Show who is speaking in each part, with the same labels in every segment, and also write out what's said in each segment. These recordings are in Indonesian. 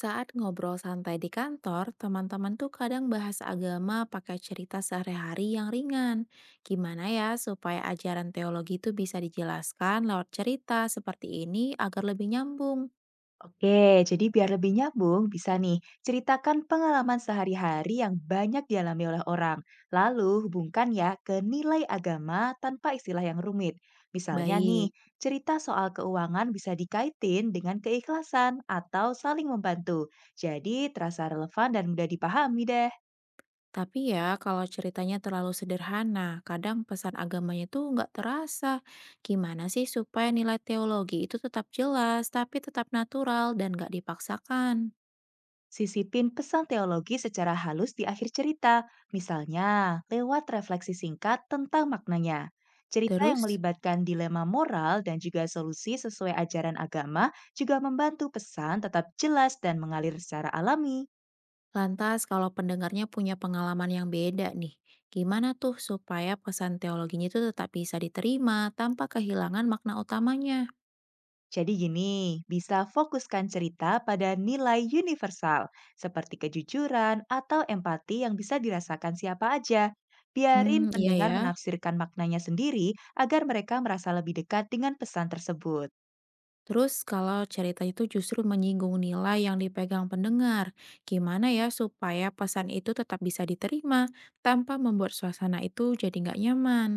Speaker 1: Saat ngobrol santai di kantor, teman-teman tuh kadang bahas agama pakai cerita sehari-hari yang ringan. Gimana ya supaya ajaran teologi itu bisa dijelaskan lewat cerita seperti ini agar lebih nyambung?
Speaker 2: Oke, jadi biar lebih nyambung, bisa nih ceritakan pengalaman sehari-hari yang banyak dialami oleh orang. Lalu hubungkan ya ke nilai agama tanpa istilah yang rumit. Misalnya nih,
Speaker 1: Baik,
Speaker 2: cerita soal keuangan bisa dikaitin dengan keikhlasan atau saling membantu. Jadi terasa relevan dan mudah dipahami deh.
Speaker 1: tapi ya kalau ceritanya terlalu sederhana, kadang pesan agamanya tuh nggak terasa. Gimana sih supaya nilai teologi itu tetap jelas, tapi tetap natural dan nggak dipaksakan?
Speaker 2: Sisipin pesan teologi secara halus di akhir cerita, misalnya lewat refleksi singkat tentang maknanya. Cerita yang
Speaker 1: Terus?
Speaker 2: melibatkan dilema moral dan juga solusi sesuai ajaran agama juga membantu pesan tetap jelas dan mengalir secara alami.
Speaker 1: Lantas kalau pendengarnya punya pengalaman yang beda nih, gimana tuh supaya pesan teologinya itu tetap bisa diterima tanpa kehilangan makna utamanya?
Speaker 2: Jadi gini, bisa fokuskan cerita pada nilai universal seperti kejujuran atau empati yang bisa dirasakan siapa aja. Biarin
Speaker 1: Hmm, iya
Speaker 2: pendengar
Speaker 1: ya.
Speaker 2: menafsirkan maknanya sendiri agar mereka merasa lebih dekat dengan pesan tersebut.
Speaker 1: Terus kalau cerita itu justru menyinggung nilai yang dipegang pendengar, gimana ya supaya pesan itu tetap bisa diterima tanpa membuat suasana itu jadi nggak nyaman?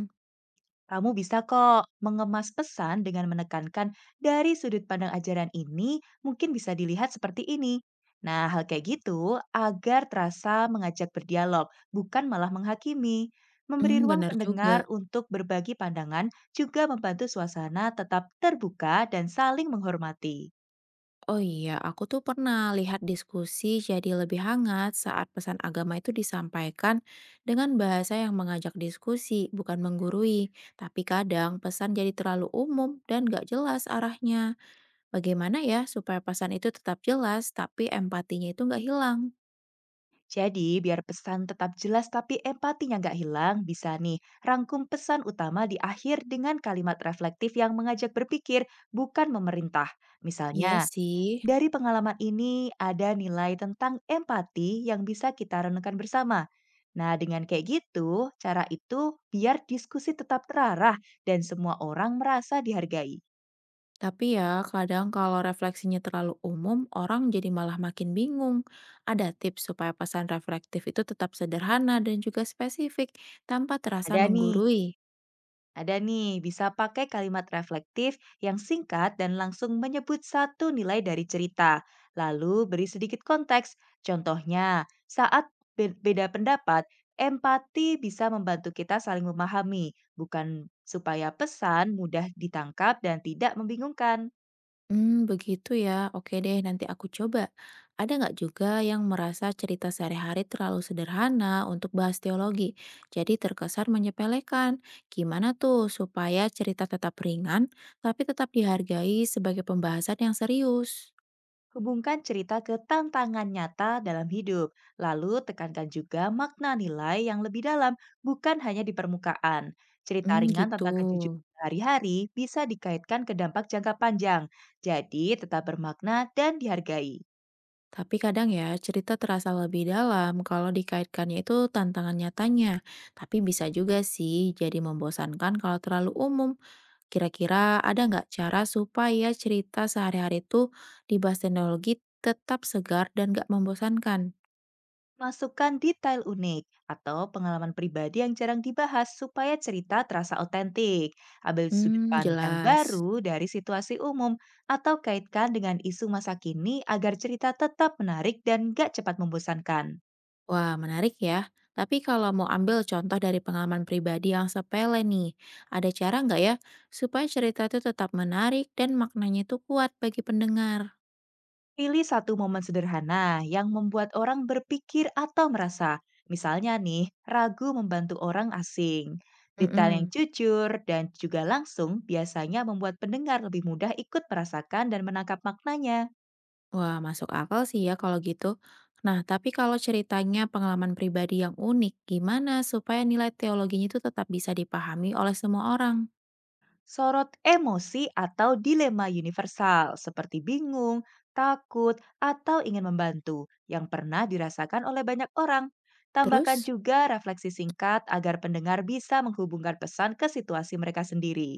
Speaker 2: Kamu bisa kok mengemas pesan dengan menekankan dari sudut pandang ajaran ini mungkin bisa dilihat seperti ini. Nah, hal kayak gitu agar terasa mengajak berdialog, bukan malah menghakimi. Memberi
Speaker 1: Hmm,
Speaker 2: ruang
Speaker 1: benar juga.
Speaker 2: pendengar untuk berbagi pandangan juga membantu suasana tetap terbuka dan saling menghormati.
Speaker 1: Oh iya, aku tuh pernah lihat diskusi jadi lebih hangat saat pesan agama itu disampaikan dengan bahasa yang mengajak diskusi, bukan menggurui. Tapi kadang pesan jadi terlalu umum dan gak jelas arahnya. Bagaimana ya supaya pesan itu tetap jelas tapi empatinya itu gak hilang?
Speaker 2: Jadi, biar pesan tetap jelas tapi empatinya nggak hilang, bisa nih rangkum pesan utama di akhir dengan kalimat reflektif yang mengajak berpikir, bukan memerintah. Misalnya,
Speaker 1: Iya sih.
Speaker 2: dari pengalaman ini ada nilai tentang empati yang bisa kita renungkan bersama. Nah, dengan kayak gitu, cara itu biar diskusi tetap terarah dan semua orang merasa dihargai.
Speaker 1: Tapi ya, kadang kalau refleksinya terlalu umum, orang jadi malah makin bingung. Ada tips supaya pesan reflektif itu tetap sederhana dan juga spesifik, tanpa terasa
Speaker 2: Ada nih.
Speaker 1: menggurui.
Speaker 2: Bisa pakai kalimat reflektif yang singkat dan langsung menyebut satu nilai dari cerita. Lalu beri sedikit konteks. Contohnya, saat beda pendapat, empati bisa membantu kita saling memahami, bukan supaya pesan mudah ditangkap dan tidak membingungkan.
Speaker 1: Hmm, begitu ya. Oke deh, nanti aku coba. Ada nggak juga yang merasa cerita sehari-hari terlalu sederhana untuk bahas teologi? Jadi terkesan menyepelekan. Gimana tuh supaya cerita tetap ringan, tapi tetap dihargai sebagai pembahasan yang serius?
Speaker 2: Hubungkan cerita ke tantangan nyata dalam hidup, lalu tekankan juga makna nilai yang lebih dalam, bukan hanya di permukaan. Cerita
Speaker 1: Hmm,
Speaker 2: ringan
Speaker 1: gitu.
Speaker 2: tentang kejujuran sehari-hari bisa dikaitkan ke dampak jangka panjang, jadi tetap bermakna dan dihargai.
Speaker 1: Tapi kadang ya, cerita terasa lebih dalam kalau dikaitkannya itu tantangan nyatanya. Tapi bisa juga sih jadi membosankan kalau terlalu umum. Kira-kira ada nggak cara supaya cerita sehari-hari itu di bahas teknologi tetap segar dan nggak membosankan?
Speaker 2: Masukkan detail unik atau pengalaman pribadi yang jarang dibahas supaya cerita terasa otentik. Ambil sudut
Speaker 1: Hmm,
Speaker 2: pandang
Speaker 1: jelas.
Speaker 2: baru dari situasi umum atau kaitkan dengan isu masa kini agar cerita tetap menarik dan gak cepat membosankan.
Speaker 1: Wah, menarik ya. Tapi kalau mau ambil contoh dari pengalaman pribadi yang sepele nih, ada cara nggak ya supaya cerita itu tetap menarik dan maknanya itu kuat bagi pendengar?
Speaker 2: Pilih satu momen sederhana yang membuat orang berpikir atau merasa, misalnya nih, ragu membantu orang asing. Detail yang
Speaker 1: Mm.
Speaker 2: jujur dan juga langsung biasanya membuat pendengar lebih mudah ikut merasakan dan menangkap maknanya.
Speaker 1: Wah, masuk akal sih ya kalau gitu. Nah, tapi kalau ceritanya pengalaman pribadi yang unik, gimana supaya nilai teologinya itu tetap bisa dipahami oleh semua orang?
Speaker 2: Sorot emosi atau dilema universal seperti bingung, takut, atau ingin membantu yang pernah dirasakan oleh banyak orang. Tambahkan
Speaker 1: Terus?
Speaker 2: juga refleksi singkat agar pendengar bisa menghubungkan pesan ke situasi mereka sendiri.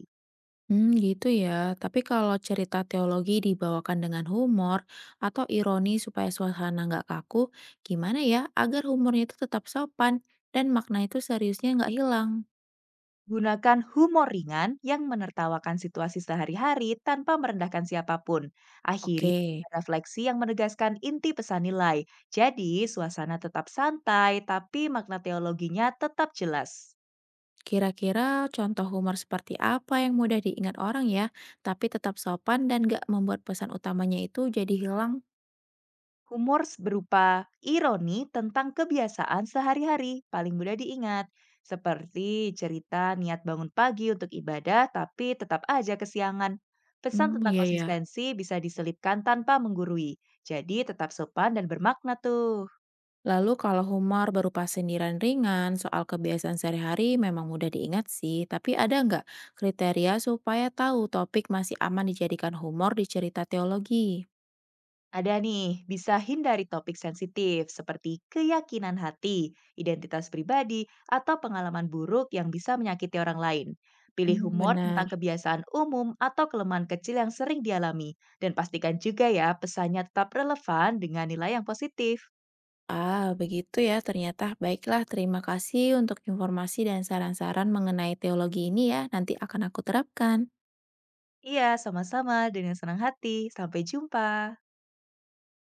Speaker 1: Hmm, gitu ya. Tapi kalau cerita teologi dibawakan dengan humor atau ironi supaya suasana nggak kaku, gimana ya agar humornya itu tetap sopan dan makna itu seriusnya nggak hilang?
Speaker 2: Gunakan humor ringan yang menertawakan situasi sehari-hari tanpa merendahkan siapapun. Akhiri
Speaker 1: Oke.
Speaker 2: dengan refleksi yang menegaskan inti pesan nilai. Jadi, suasana tetap santai tapi makna teologinya tetap jelas.
Speaker 1: Kira-kira contoh humor seperti apa yang mudah diingat orang ya, tapi tetap sopan dan gak membuat pesan utamanya itu jadi hilang?
Speaker 2: Humor berupa ironi tentang kebiasaan sehari-hari paling mudah diingat, seperti cerita niat bangun pagi untuk ibadah tapi tetap aja kesiangan. Pesan
Speaker 1: Hmm,
Speaker 2: tentang
Speaker 1: iya ya.
Speaker 2: konsistensi bisa diselipkan tanpa menggurui, jadi tetap sopan dan bermakna tuh.
Speaker 1: Lalu kalau humor berupa sindiran ringan soal kebiasaan sehari-hari memang mudah diingat sih, tapi ada nggak kriteria supaya tahu topik masih aman dijadikan humor di cerita teologi?
Speaker 2: Ada nih, bisa hindari topik sensitif seperti keyakinan hati, identitas pribadi, atau pengalaman buruk yang bisa menyakiti orang lain. Pilih
Speaker 1: Hmm,
Speaker 2: humor tentang
Speaker 1: benar.
Speaker 2: kebiasaan umum atau kelemahan kecil yang sering dialami, dan pastikan juga ya pesannya tetap relevan dengan nilai yang positif.
Speaker 1: Ah, begitu ya ternyata. Baiklah, terima kasih untuk informasi dan saran-saran mengenai teologi ini ya. Nanti akan aku terapkan.
Speaker 2: Iya, sama-sama dengan senang hati. Sampai jumpa.